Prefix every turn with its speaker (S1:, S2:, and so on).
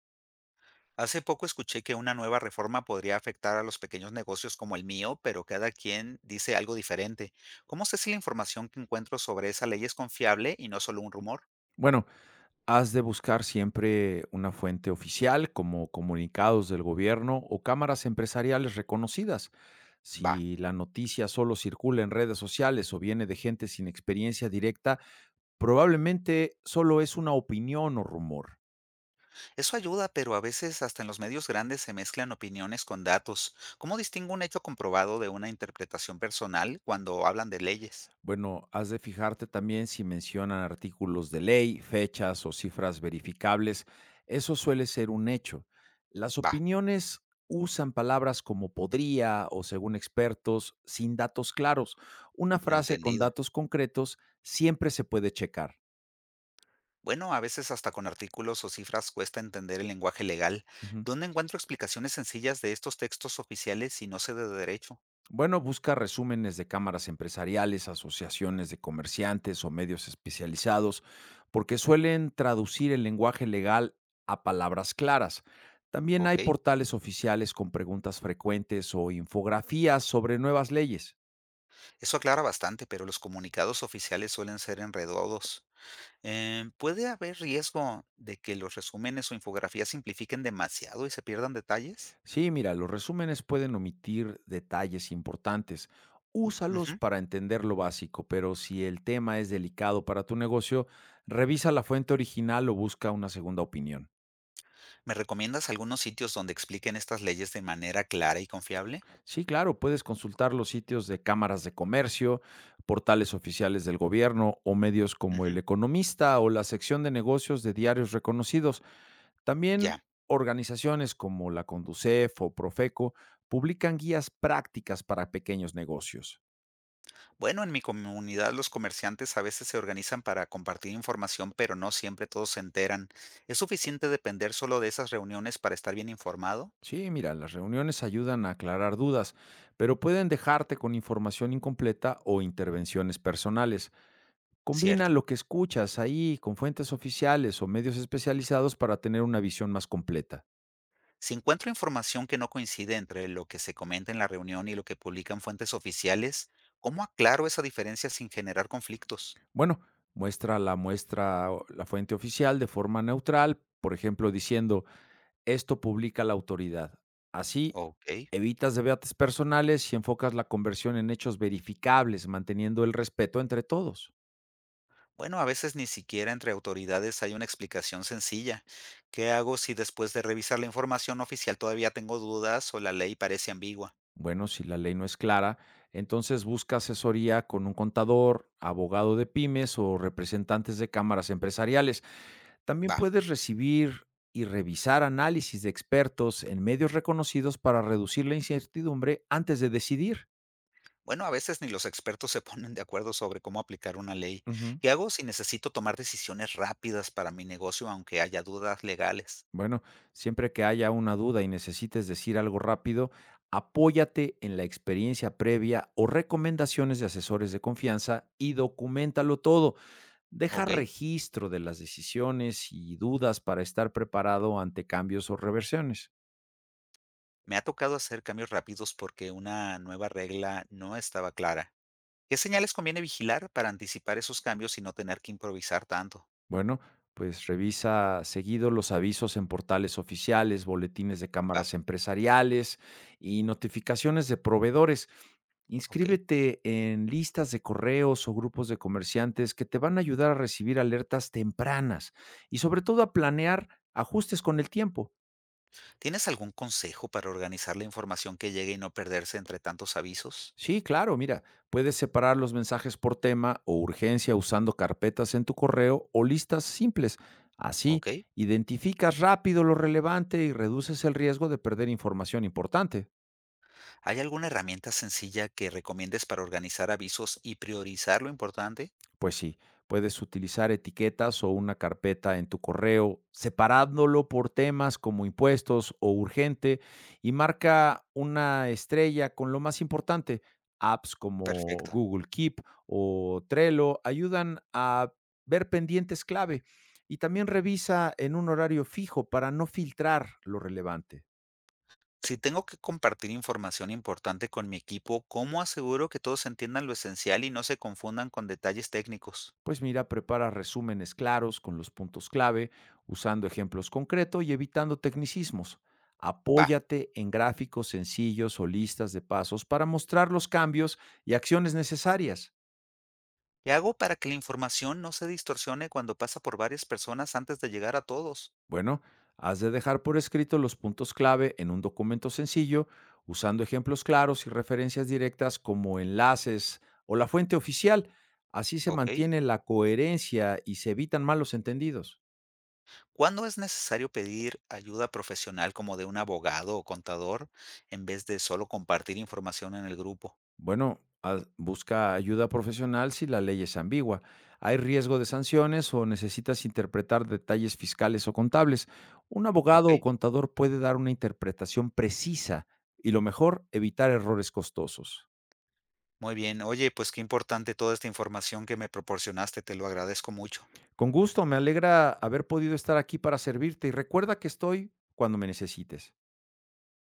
S1: Hace poco escuché que una nueva reforma podría afectar a los pequeños negocios como el mío, pero cada quien dice algo diferente. ¿Cómo sé si la información que encuentro sobre esa ley es confiable y no solo un rumor?
S2: Bueno, has de buscar siempre una fuente oficial como comunicados del gobierno o cámaras empresariales reconocidas.
S1: Va.
S2: Si la noticia solo circula en redes sociales o viene de gente sin experiencia directa, probablemente solo es una opinión o rumor.
S1: Eso ayuda, pero a veces hasta en los medios grandes se mezclan opiniones con datos. ¿Cómo distingo un hecho comprobado de una interpretación personal cuando hablan de leyes?
S2: Bueno, has de fijarte también si mencionan artículos de ley, fechas o cifras verificables. Eso suele ser un hecho. Las
S1: Va.
S2: opiniones usan palabras como podría o según expertos sin datos claros. Una frase con
S1: Entendido.
S2: datos concretos siempre se puede checar.
S1: Bueno, a veces hasta con artículos o cifras cuesta entender el lenguaje legal.
S2: Ujú.
S1: ¿Dónde encuentro explicaciones sencillas de estos textos oficiales si no sé de derecho?
S2: Bueno, busca resúmenes de cámaras empresariales, asociaciones de comerciantes o medios especializados, porque suelen traducir el lenguaje legal a palabras claras. También hay
S1: Ok,
S2: portales oficiales con preguntas frecuentes o infografías sobre nuevas leyes.
S1: eso aclara bastante, pero los comunicados oficiales suelen ser enredados. ¿Puede haber riesgo de que los resúmenes o infografías simplifiquen demasiado y se pierdan detalles?
S2: Sí, mira, los resúmenes pueden omitir detalles importantes. Úsalos
S1: Ujú.
S2: para entender lo básico, pero si el tema es delicado para tu negocio, revisa la fuente original o busca una segunda opinión.
S1: ¿Me recomiendas algunos sitios donde expliquen estas leyes de manera clara y confiable?
S2: Sí, claro, puedes consultar los sitios de cámaras de comercio, portales oficiales del gobierno o medios como
S1: Ujú.
S2: El Economista o la sección de negocios de diarios reconocidos. También
S1: Ya.
S2: organizaciones como la Conducef o Profeco publican guías prácticas para pequeños negocios.
S1: Bueno, en mi comunidad los comerciantes a veces se organizan para compartir información, pero no siempre todos se enteran. ¿Es suficiente depender solo de esas reuniones para estar bien informado?
S2: Sí, mira, las reuniones ayudan a aclarar dudas, pero pueden dejarte con información incompleta o intervenciones personales. Combina
S1: Cierto.
S2: lo que escuchas ahí con fuentes oficiales o medios especializados para tener una visión más completa.
S1: Si encuentro información que no coincide entre lo que se comenta en la reunión y lo que publican fuentes oficiales, ¿cómo aclaro esa diferencia sin generar conflictos?
S2: Bueno, muestra o la fuente oficial de forma neutral, por ejemplo, diciendo esto publica la autoridad. Así
S1: Ok.
S2: evitas debates personales y enfocas la conversión en hechos verificables, manteniendo el respeto entre todos.
S1: Bueno, a veces ni siquiera entre autoridades hay una explicación sencilla. ¿Qué hago si después de revisar la información oficial todavía tengo dudas o la ley parece ambigua?
S2: Bueno, si la ley no es clara, entonces busca asesoría con un contador, abogado de pymes o representantes de cámaras empresariales. También
S1: Va.
S2: puedes recibir y revisar análisis de expertos en medios reconocidos para reducir la incertidumbre antes de decidir.
S1: Bueno, a veces ni los expertos se ponen de acuerdo sobre cómo aplicar una ley.
S2: Ujú.
S1: ¿Qué hago si necesito tomar decisiones rápidas para mi negocio aunque haya dudas legales?
S2: Bueno, siempre que haya una duda y necesites decir algo rápido, apóyate en la experiencia previa o recomendaciones de asesores de confianza y documentalo todo. Deja
S1: Ok.
S2: registro de las decisiones y dudas para estar preparado ante cambios o reversiones.
S1: Me ha tocado hacer cambios rápidos porque una nueva regla no estaba clara. ¿Qué señales conviene vigilar para anticipar esos cambios y no tener que improvisar tanto?
S2: Bueno, pues revisa seguido los avisos en portales oficiales, boletines de
S1: Va,
S2: cámaras empresariales y notificaciones de proveedores.
S1: ok.
S2: Inscríbete en listas de correos o grupos de comerciantes que te van a ayudar a recibir alertas tempranas y sobre todo a planear ajustes con el tiempo.
S1: ¿Tienes algún consejo para organizar la información que llegue y no perderse entre tantos avisos?
S2: Sí, claro, mira, puedes separar los mensajes por tema o urgencia usando carpetas en tu correo o listas simples. Así,
S1: Ok.
S2: identificas rápido lo relevante y reduces el riesgo de perder información importante.
S1: ¿Hay alguna herramienta sencilla que recomiendes para organizar avisos y priorizar lo importante?
S2: Pues sí, puedes utilizar etiquetas o una carpeta en tu correo, separándolo por temas como impuestos o urgente, y marca una estrella con lo más importante. Apps como
S1: Perfecto.
S2: Google Keep o Trello ayudan a ver pendientes clave y también revisa en un horario fijo para no filtrar lo relevante.
S1: Si tengo que compartir información importante con mi equipo, ¿cómo aseguro que todos entiendan lo esencial y no se confundan con detalles técnicos?
S2: Pues mira, prepara resúmenes claros con los puntos clave, usando ejemplos concretos y evitando tecnicismos.
S1: Va.
S2: Apóyate en gráficos sencillos o listas de pasos para mostrar los cambios y acciones necesarias.
S1: ¿Qué hago para que la información no se distorsione cuando pasa por varias personas antes de llegar a todos?
S2: Bueno, has de dejar por escrito los puntos clave en un documento sencillo, usando ejemplos claros y referencias directas como enlaces o la fuente oficial. Así se
S1: ¿Ok?
S2: mantiene la coherencia y se evitan malos entendidos.
S1: ¿Cuándo es necesario pedir ayuda profesional como de un abogado o contador en vez de solo compartir información en el grupo?
S2: Bueno, busca ayuda profesional si la ley es ambigua, hay riesgo de sanciones o necesitas interpretar detalles fiscales o contables. Un abogado o
S1: ¿Ok?
S2: contador puede dar una interpretación precisa y lo mejor, evitar errores costosos.
S1: Muy bien. Oye, pues qué importante toda esta información que me proporcionaste. Te lo agradezco mucho.
S2: Con gusto, me alegra haber podido estar aquí para servirte y recuerda que estoy cuando me necesites.